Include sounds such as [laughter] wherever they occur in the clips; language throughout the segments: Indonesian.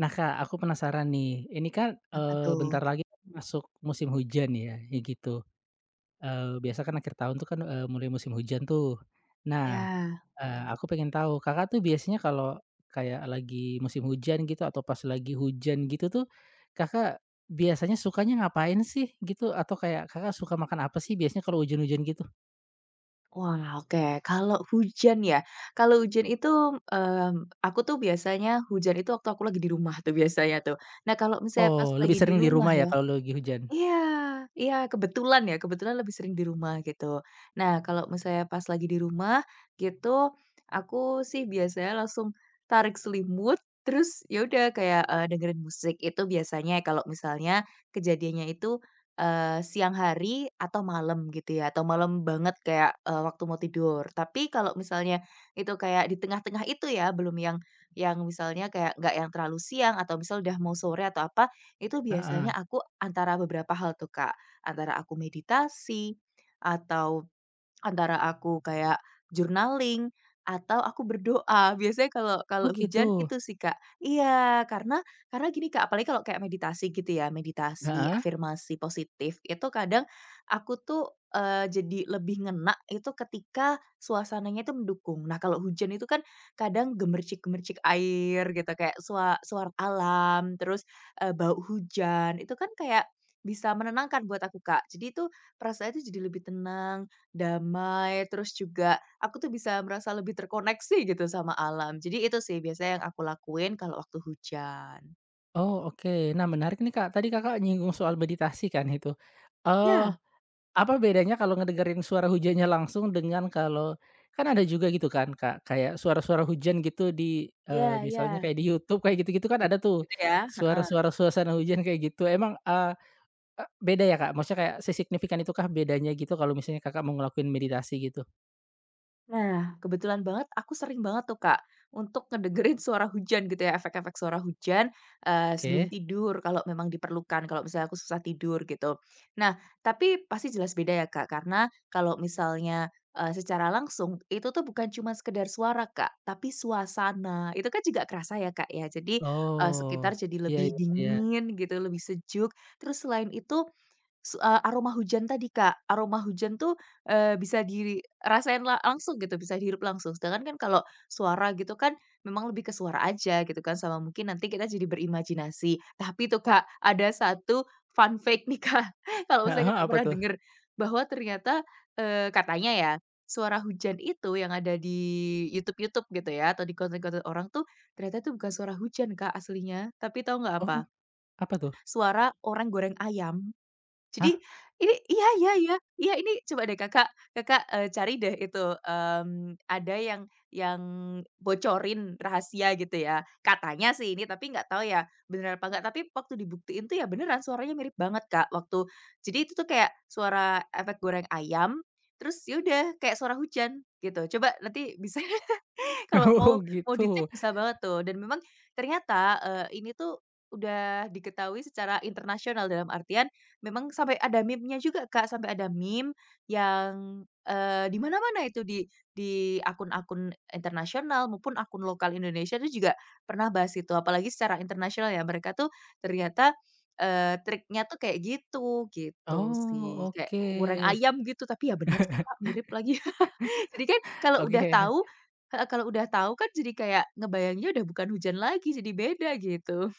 Nah, Kak, aku penasaran nih, ini kan, Apa tuh? bentar lagi kan masuk musim hujan ya, ya gitu. Biasa kan akhir tahun tuh kan, mulai musim hujan tuh. Nah, Ya. Aku pengen tahu Kakak tuh biasanya kalau kayak lagi musim hujan gitu atau pas lagi hujan gitu tuh, Kakak biasanya sukanya ngapain sih gitu? Atau kayak Kakak suka makan apa sih biasanya kalau hujan-hujan gitu? Wah, oke. Kalau hujan ya, kalau hujan itu, mmm, aku tuh biasanya hujan itu waktu aku lagi di rumah tuh biasanya tuh. Nah, kalau misalnya pas Oh, lebih lagi di sering di rumah rumah ya ya. kalau lagi hujan? Iya, iya, kebetulan ya, kebetulan lebih sering di rumah gitu. Nah, kalau misalnya pas lagi di rumah gitu, aku sih biasanya langsung tarik selimut, terus ya udah kayak, dengerin musik. Itu biasanya kalau misalnya kejadiannya itu, siang hari atau malam gitu ya, atau malam banget kayak, waktu mau tidur. Tapi kalau misalnya itu kayak di tengah-tengah itu ya, belum yang yang misalnya kayak nggak yang terlalu siang atau misal udah mau sore atau apa, itu biasanya Heeh. aku antara beberapa hal tuh, Kak, antara aku meditasi atau antara aku kayak journaling atau aku berdoa. Biasanya kalau kalau Oh hujan gitu? itu sih, Kak. Iya, karena gini, Kak, apalagi kalau kayak meditasi gitu ya, meditasi Heeh. afirmasi positif, itu kadang aku tuh, jadi lebih ngena itu ketika suasananya itu mendukung. Nah, kalau hujan itu kan kadang gemercik-gemercik air gitu, kayak suara alam, terus, bau hujan, itu kan kayak bisa menenangkan buat aku, Kak. Jadi itu perasaan itu jadi lebih tenang, damai, terus juga aku tuh bisa merasa lebih terkoneksi gitu sama alam. Jadi itu sih biasanya yang aku lakuin kalau waktu hujan. Oh, oke. Nah, menarik nih, Kak. Tadi Kakak nyinggung soal meditasi kan itu, eee, Ya, apa bedanya kalau ngedengerin suara hujannya langsung dengan kalau kan ada juga gitu kan, Kak, kayak suara-suara hujan gitu di, ya, misalnya ya. kayak di YouTube kayak gitu-gitu kan Git ada tuh, gitu ya? suara-suara suasana hujan kayak gitu. Emang, beda ya, Kak? Maksudnya kayak sesignifikan itukah bedanya gitu kalau misalnya Kakak mau ngelakuin meditasi gitu? Nah, kebetulan banget aku sering banget tuh, Kak, untuk ngedengerin suara hujan gitu ya, efek-efek suara hujan, sebelum Oke. tidur kalau memang diperlukan, kalau misalnya aku susah tidur gitu. Nah, tapi pasti jelas beda ya, Kak, karena kalau misalnya, secara langsung itu tuh bukan cuma sekedar suara, Kak, tapi suasana. Itu kan juga kerasa ya, Kak, ya. Jadi, Oh, sekitar jadi iya lebih iya iya. dingin gitu, lebih sejuk. Terus selain itu aroma hujan tadi, Kak. Aroma hujan tuh, bisa dirasain langsung gitu, bisa dihirup langsung. Sedangkan kan kalau suara gitu kan memang lebih ke suara aja gitu kan, sama mungkin nanti kita jadi berimajinasi. Tapi tuh, Kak, ada satu fun fact nih, [laughs] Kak, kalau Heeh, misalnya Kakak apa pernah tuh? denger, bahwa ternyata, katanya ya, suara hujan itu yang ada di YouTube-YouTube gitu ya, atau di konten-konten orang tuh, ternyata itu bukan suara hujan, Kak, aslinya. Tapi tahu nggak apa? Oh, apa tuh? Suara orang goreng ayam. Jadi Hah? ini iya, iya, iya, iya, ini coba deh Kakak Kakak, cari deh itu, ada yang bocorin rahasia gitu ya. Katanya sih ini, tapi nggak tahu ya bener apa nggak, tapi waktu dibuktiin tuh ya beneran suaranya mirip banget, Kak, waktu jadi itu tuh kayak suara efek goreng ayam, terus ya udah kayak suara hujan gitu. Coba nanti bisa [laughs] [laughs] kalau mau [laughs] Oh, mau dicek gitu. bisa banget tuh dan memang ternyata, ini tuh udah diketahui secara internasional dalam artian memang sampai ada meme-nya juga, Kak, sampai ada meme yang, di mana-mana itu di akun-akun internasional maupun akun lokal Indonesia itu juga pernah bahas itu, apalagi secara internasional ya mereka tuh ternyata, triknya tuh kayak gitu, gitu Oh, sih. Kayak oke goreng ayam gitu, tapi ya bener sih, Kak, mirip lagi. Jadi kan kalau udah oke. tahu heeh, kalau udah tahu kan jadi kayak ngebayanginnya udah bukan hujan lagi, jadi beda gitu.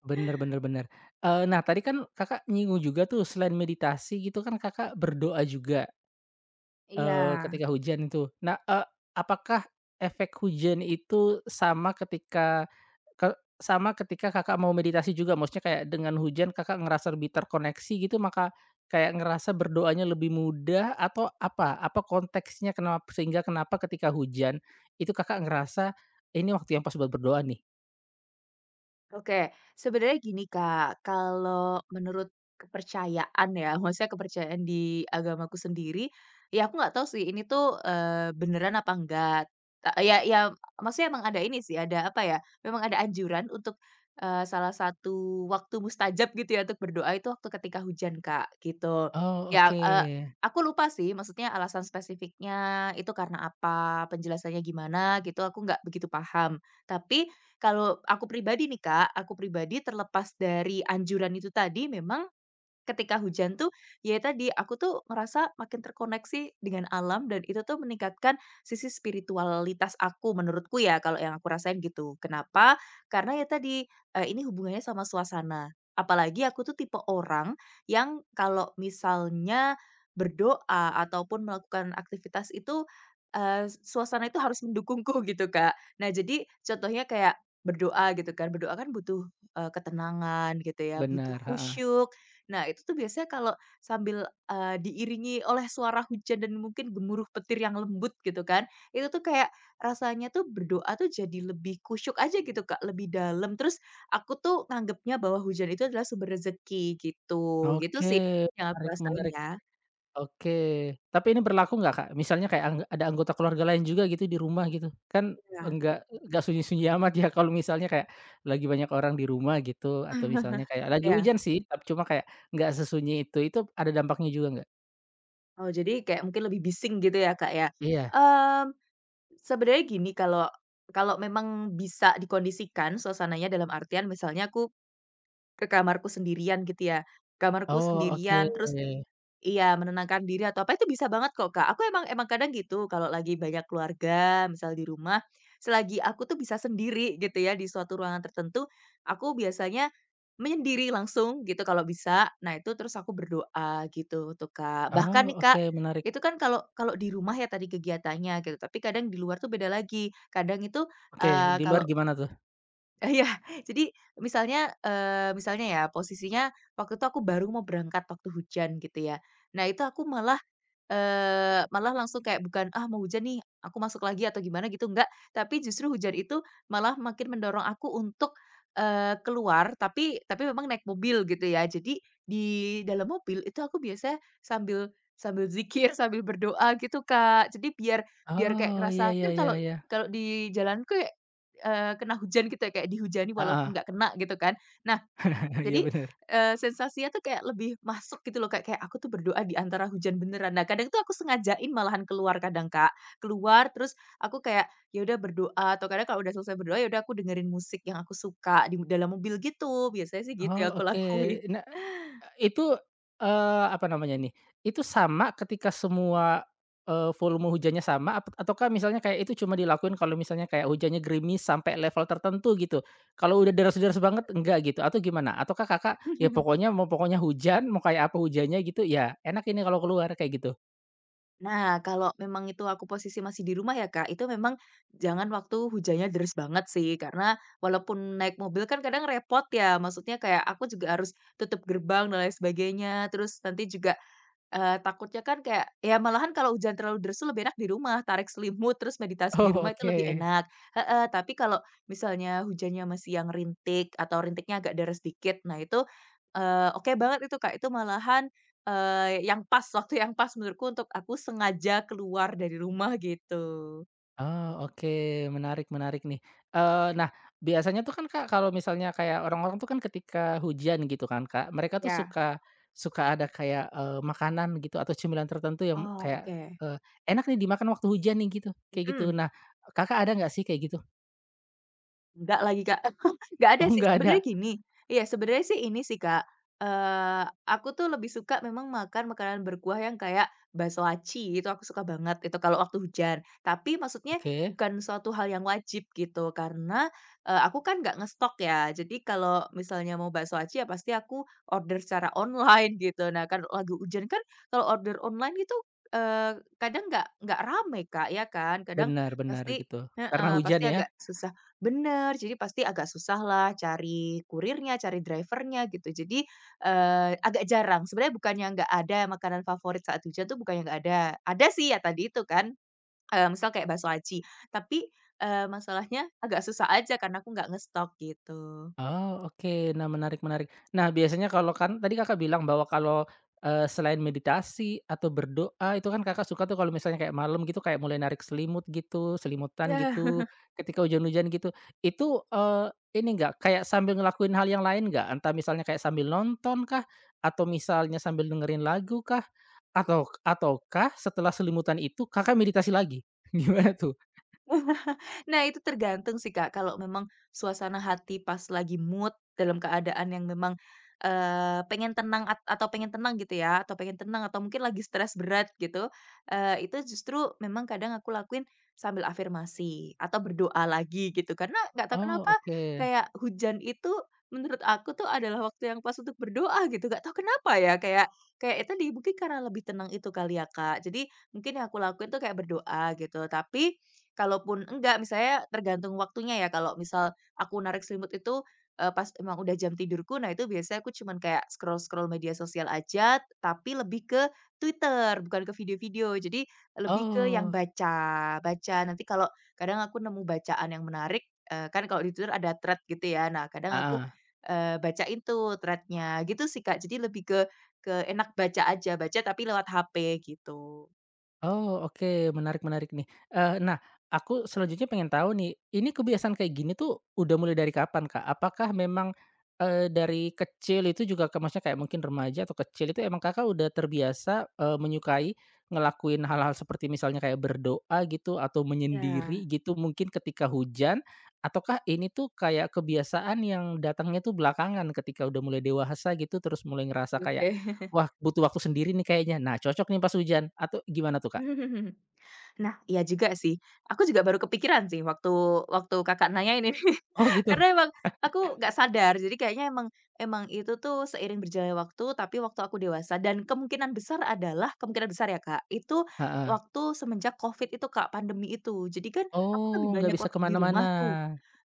Bener bener bener. Nah tadi kan Kakak nyinggung juga tuh selain meditasi gitu kan Kakak berdoa juga, Iya, ketika hujan itu. Nah, apakah efek hujan itu sama ketika ke sama ketika Kakak mau meditasi juga? Maksudnya kayak dengan hujan Kakak ngerasa lebih terkoneksi gitu, maka kayak ngerasa berdoanya lebih mudah atau apa? Apa konteksnya sehingga kenapa ketika hujan itu Kakak ngerasa, "Ini waktu yang pas buat berdoa nih?" oke, sebenarnya gini, Kak, kalau menurut kepercayaan ya, [laughs] maksudnya kepercayaan di agamaku sendiri, ya aku nggak tahu sih ini tuh, beneran apa enggak. E ya, ya, maksudnya emang ada ini sih, ada apa ya, memang ada anjuran untuk, salah satu waktu mustajab gitu ya untuk berdoa itu waktu ketika hujan, Kak, gitu. Oh, Ya, oke. Aku lupa sih maksudnya alasan spesifiknya itu karena apa, penjelasannya gimana gitu, aku nggak begitu paham. Tapi kalau aku pribadi nih Kak, aku pribadi terlepas dari anjuran itu tadi memang, ketika hujan tuh, ya tadi, aku tuh ngerasa makin terkoneksi dengan alam dan itu tuh meningkatkan sisi spiritualitas aku, menurutku ya, kalau yang aku rasain gitu. Kenapa? Karena ya tadi, ini hubungannya sama suasana. Apalagi aku tuh tipe orang yang kalau misalnya berdoa ataupun melakukan aktivitas itu, suasana itu harus mendukungku [laughs] gitu, Kak. Nah, jadi contohnya kayak berdoa gitu kan, berdoa kan butuh, ketenangan gitu ya, butuh Benar. Heeh. khusyuk. Nah, itu tuh biasanya kalau sambil, diiringi oleh suara hujan dan mungkin gemuruh petir yang lembut gitu kan, itu tuh kayak rasanya tuh berdoa tuh jadi lebih khusyuk aja gitu, Kak, lebih dalam. Terus aku tuh nganggapnya bahwa hujan itu adalah sumber rezeki gitu, gitu Oke, sih yang aku menarik rasain menarik. ya. Oke. Tapi ini berlaku nggak, Kak? Misalnya kayak ada anggota keluarga lain juga gitu di rumah gitu, kan Ya, enggak enggak sunyi-sunyi amat ya kalau misalnya kayak lagi banyak orang di rumah gitu atau misalnya kayak lagi iya. hujan sih, tapi cuma kayak nggak sesunyi itu ada dampaknya juga nggak? Oh, jadi kayak mungkin lebih bising gitu ya, Kak, ya. Iya. Mmm, sebenarnya gini, kalau kalau memang bisa dikondisikan suasananya dalam artian misalnya aku kamarku sendirian gitu ya, kamarku Oh, sendirian terus oke. iya menenangkan diri atau apa itu bisa banget kok, Kak. Aku emang emang kadang gitu kalau lagi banyak keluarga misal di rumah, selagi aku tuh bisa sendiri gitu ya di suatu ruangan tertentu, aku biasanya menyendiri langsung gitu kalau bisa. Nah itu terus aku berdoa gitu tuh, Kak. Bahkan Oh, nih, Kak, oke menarik. itu kan kalau kalau di rumah ya tadi kegiatannya gitu, tapi kadang di luar tuh beda lagi. Kadang itu, Oke, di luar kalau gimana tuh? [laughs] eh, iya, jadi misalnya, misalnya ya posisinya waktu itu aku baru mau berangkat waktu hujan gitu ya. Nah itu aku malah malah langsung kayak bukan, "Ah, mau hujan nih, aku masuk lagi," atau gimana gitu, enggak. Tapi justru hujan itu malah makin mendorong aku untuk, keluar, tapi memang naik mobil gitu ya. Jadi di dalam mobil itu aku biasanya sambil sambil zikir, [laughs] sambil berdoa gitu, Kak. Jadi biar biar kayak Oh, iya ngerasa iya kan iya kalau iya. kalau di jalan kayak, kena hujan gitu ya, kayak dihujani walaupun Heeh. nggak kena gitu kan. [laughs] Iya Jadi, bener. Sensasinya tuh kayak lebih masuk gitu loh, Kak, kayak aku tuh berdoa di antara hujan beneran. Nah, kadang tuh aku sengajain malahan keluar kadang, Kak. Keluar terus aku kayak, ya udah berdoa atau kadang kalau udah selesai berdoa, ya udah aku dengerin musik yang aku suka di dalam mobil gitu, biasanya sih gitu yang aku Oh, oke. lakuin. Nah, itu, apa namanya nih, itu sama ketika semua, volume hujannya sama ataukah misalnya kayak itu cuma dilakuin kalau misalnya kayak hujannya gerimis sampai level tertentu gitu? Kalau udah deras-deras banget enggak gitu atau gimana? Ataukah Kakak, ya [laughs] pokoknya mau pokoknya hujan, mau kayak apa hujannya gitu, ya enak ini kalau keluar, kayak gitu? Nah, kalau memang itu aku posisi masih di rumah ya, Kak, itu memang jangan waktu hujannya deras banget sih, karena walaupun naik mobil kan kadang repot ya, maksudnya kayak aku juga harus tutup gerbang dan lain sebagainya, terus nanti juga takutnya kan kayak ya malahan kalau hujan terlalu deras tuh lebih enak di rumah, tarik selimut terus [laughs] meditasi di Oh, rumah itu lebih oke. enak heeh, tapi kalau misalnya hujannya masih yang rintik atau rintiknya agak deras dikit, nah itu, oke banget itu Kak, itu malahan, yang pas, [laughs] waktu yang pas menurutku untuk aku sengaja keluar dari rumah gitu. Oh, oke, menarik menarik nih. Nah, biasanya tuh kan, Kak, kalau misalnya kayak orang-orang tuh kan ketika hujan gitu kan, Kak, mereka tuh Ya. suka suka ada kayak, makanan gitu atau cemilan tertentu yang Oh, kayak, oke. eee, "Enak nih dimakan waktu hujan nih," gitu, kayak gitu. Mhm. Nah, Kakak ada nggak sih kayak gitu? Enggak lagi, Kak. [laughs] Enggak ada Oh, sih, nggak ada? sebenarnya gini, iya sebenarnya sih ini sih, Kak, aku tuh lebih suka memang makan makanan berkuah yang kayak bakso aci, itu aku suka banget, itu kalau waktu hujan. Tapi maksudnya Oke, bukan suatu hal yang wajib gitu, karena, aku kan nggak ngestok ya. Jadi kalau misalnya mau bakso aci, ya pasti aku order secara online gitu. Nah, kan lagi hujan kan kalau order online gitu, kadang nggak rame, Kak, ya kan? Kadang benar benar pasti gitu, karena heeh, pasti hujan ya? agak susah. Bener, jadi pasti agak susah lah cari kurirnya, cari drivernya gitu. Jadi, agak jarang. Sebenarnya bukannya nggak ada makanan favorit saat hujan tuh bukannya nggak ada. Ada sih ya tadi itu kan, misal kayak bakso aci. Tapi, masalahnya agak susah aja karena aku nggak ngestok gitu. Oh, oke. Nah, menarik menarik. Nah, biasanya kalau kan tadi Kakak bilang bahwa kalau, selain meditasi atau berdoa itu kan Kakak suka tuh kalau misalnya kayak malam gitu kayak mulai narik selimut gitu, selimutan Ya. gitu, ketika hujan-hujan gitu. Itu, ini enggak, kayak sambil ngelakuin hal yang lain enggak? Entah misalnya kayak sambil nonton kah? Atau misalnya sambil dengerin lagu kah? Atau ataukah setelah selimutan itu Kakak meditasi lagi? [laughs] Gimana tuh? [laughs] Nah, itu tergantung sih, Kak, kalau memang suasana hati pas lagi mood dalam keadaan yang memang, pengen tenang atau pengen tenang gitu ya, atau pengen tenang atau mungkin lagi stres berat gitu, itu justru memang kadang aku lakuin sambil afirmasi atau berdoa lagi gitu. Karena nggak tahu Oh, kenapa oke. kayak hujan itu menurut aku tuh adalah waktu yang pas untuk berdoa gitu, nggak tahu kenapa ya, kayak kayak itu di mungkin karena lebih tenang itu kali ya, Kak. Jadi mungkin yang aku lakuin tuh kayak berdoa gitu, tapi kalaupun enggak, misalnya tergantung waktunya ya, kalau misal aku narik selimut itu, pas emang udah jam tidurku, nah itu biasanya aku cuman kayak scroll-scroll media sosial aja, tapi lebih ke Twitter, bukan ke video-video. Jadi lebih ke yang Oh, baca baca, nanti kalau kadang aku nemu bacaan yang menarik, kan kalau di Twitter ada thread gitu ya, nah kadang aku, ah. Ah. Bacain tuh thread gitu sih, Kak. Jadi lebih ke enak baca aja, baca tapi lewat HP gitu. Oh, oke, menarik menarik nih. Nah, aku selanjutnya pengen tahu nih, ini kebiasaan kayak gini tuh udah mulai dari kapan, Kak? Apakah memang, dari kecil itu juga Kak, maksudnya kayak mungkin remaja atau kecil itu emang Kakak udah terbiasa, menyukai ngelakuin hal-hal seperti misalnya kayak berdoa gitu atau Ya, menyendiri gitu mungkin ketika hujan? Ataukah ini tuh kayak kebiasaan yang datangnya tuh belakangan ketika udah mulai dewasa gitu, terus mulai ngerasa kayak, oke. "Wah, butuh waktu sendiri nih kayaknya." Nah, cocok nih pas hujan atau gimana tuh, Kak? [laughs] Nah, iya juga sih. Aku juga baru kepikiran sih waktu waktu Kakak nanya ini. [laughs] Oh gitu? Karena emang aku nggak sadar. Jadi kayaknya emang emang itu tuh seiring berjalannya waktu, tapi waktu aku dewasa dan kemungkinan besar adalah kemungkinan besar ya, Kak, itu Heeh. waktu semenjak Covid itu, Kak, pandemi itu. Jadi kan aku lebih Oh, nggak banyak bisa waktu di kemana mana. rumah tuh.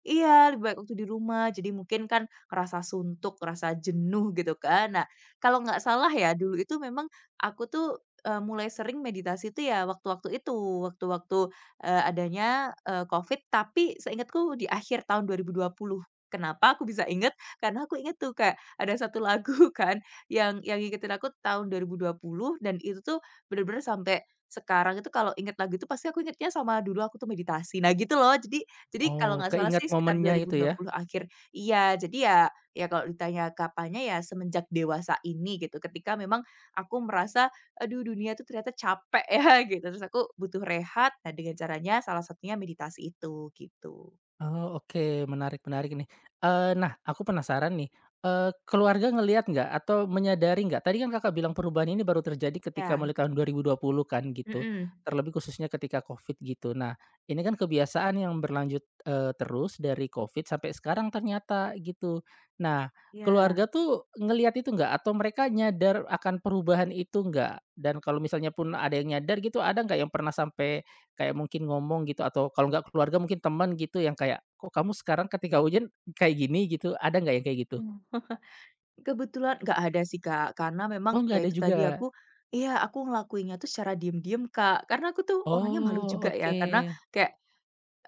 Iya, lebih baik waktu di rumah, jadi mungkin kan rasa suntuk, rasa jenuh gitu kan. Nah, kalau nggak salah ya dulu itu memang aku tuh, mulai sering meditasi tuh ya waktu-waktu itu, waktu-waktu, adanya, Covid tapi seingatku di akhir tahun 2020. Kenapa aku bisa inget? Karena aku inget tuh kayak ada satu lagu [laughs] kan yang ngikutin aku tahun 2020 dan itu tuh bener-bener sampai sekarang itu kalau inget lagu itu pasti aku ingetnya sama dulu aku tuh meditasi. Nah gitu loh, jadi kalau Oh, nggak salah sih keingat sekitar momennya itu ya? 2020 akhir. Iya, jadi ya ya kalau ditanya kapannya ya semenjak dewasa ini gitu, ketika memang aku merasa, "Aduh dunia tuh ternyata capek [laughs] ya," gitu, terus aku butuh rehat, nah dengan caranya salah satunya meditasi itu, gitu. Oh, oke. Menarik menarik nih. Nah, aku penasaran nih, keluarga ngelihat nggak atau menyadari nggak, tadi kan Kakak bilang perubahan ini baru terjadi ketika Ya, mulai tahun 2020 kan gitu, mhm, terlebih khususnya ketika Covid gitu. Nah, ini kan kebiasaan yang berlanjut, terus dari Covid sampai sekarang ternyata gitu. Nah, keluarga iya. tuh ngelihat itu nggak atau mereka nyadar akan perubahan itu nggak? Dan kalau misalnya pun ada yang nyadar gitu, ada nggak yang pernah sampai kayak mungkin ngomong gitu atau kalau nggak keluarga mungkin teman gitu yang kayak, "Kok kamu sekarang ketika hujan kayak gini?" Gitu, ada nggak yang kayak gitu? Mmm. Kebetulan nggak ada sih Kak, karena memang Oh nggak ya ada itu juga? tadi aku iya aku ngelakuinnya tuh secara diem-diem Kak, karena aku tuh orangnya malu Oh, juga ya, oke. karena kayak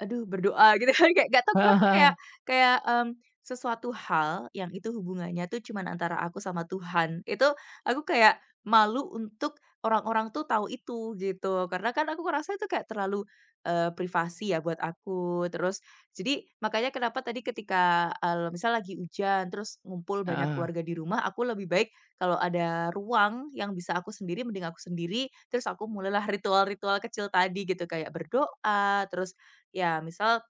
aduh berdoa [laughs] gitu kan kayak gak [laughs] tau Heeh kenapa kayak heeh. kayak, sesuatu hal yang itu hubungannya tuh cuman antara aku sama Tuhan, itu aku kayak malu untuk orang-orang tuh tahu itu gitu. Karena kan aku ngerasa itu kayak terlalu, privasi ya buat aku. Terus jadi makanya kenapa tadi ketika, misal lagi hujan terus ngumpul banyak Heeh. keluarga di rumah, aku lebih baik kalau ada ruang yang bisa aku sendiri, mending aku sendiri, terus aku mulailah [laughs] ritual-ritual kecil tadi gitu kayak berdoa, terus ya misal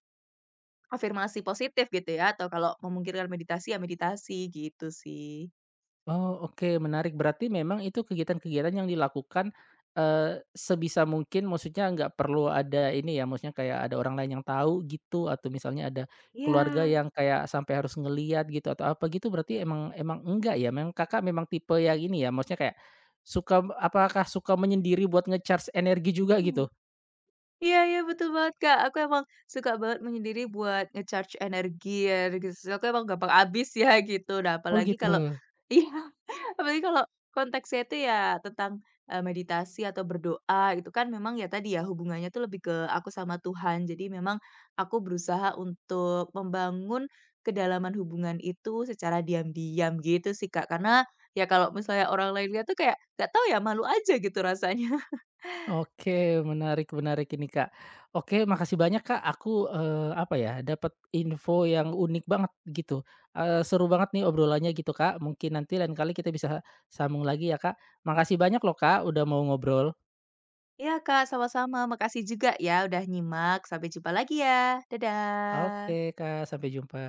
afirmasi positif gitu ya atau kalau memungkinkan meditasi ya meditasi gitu sih. Oh, oke menarik. Berarti memang itu kegiatan-kegiatan yang dilakukan, sebisa mungkin maksudnya nggak perlu ada ini ya, maksudnya kayak ada orang lain yang tahu gitu atau misalnya ada keluarga Iya. yang kayak sampai harus ngelihat gitu atau apa gitu berarti emang emang enggak ya? Memang Kakak memang tipe yang ini ya, maksudnya kayak suka apakah suka menyendiri buat ngecharge energi juga Mmm. gitu? Iya, iya betul banget, Kak, aku emang suka banget menyendiri buat nge-charge energi ya, gitu, aku emang gampang habis ya gitu. Nah Oh apalagi kalau gitu. iya. Apalagi kalau konteksnya itu ya tentang, meditasi atau berdoa itu kan memang ya tadi ya hubungannya tuh lebih ke aku sama Tuhan. Jadi memang aku berusaha untuk membangun kedalaman hubungan itu secara diam-diam gitu sih, Kak. Karena ya kalau misalnya orang lain lihat tuh kayak nggak tahu ya malu aja gitu rasanya. [laughs] Oke, menarik menarik ini, Kak. Oke, makasih banyak, Kak. Aku, apa ya, dapat info yang unik banget gitu, seru banget nih obrolannya gitu, Kak. Mungkin nanti lain kali kita bisa sambung lagi ya, Kak. Makasih banyak loh, Kak, udah mau ngobrol. Iya, Kak, sama-sama. Makasih juga ya udah nyimak. Sampai jumpa lagi ya. Oke, Dadah. Kak, sampai jumpa.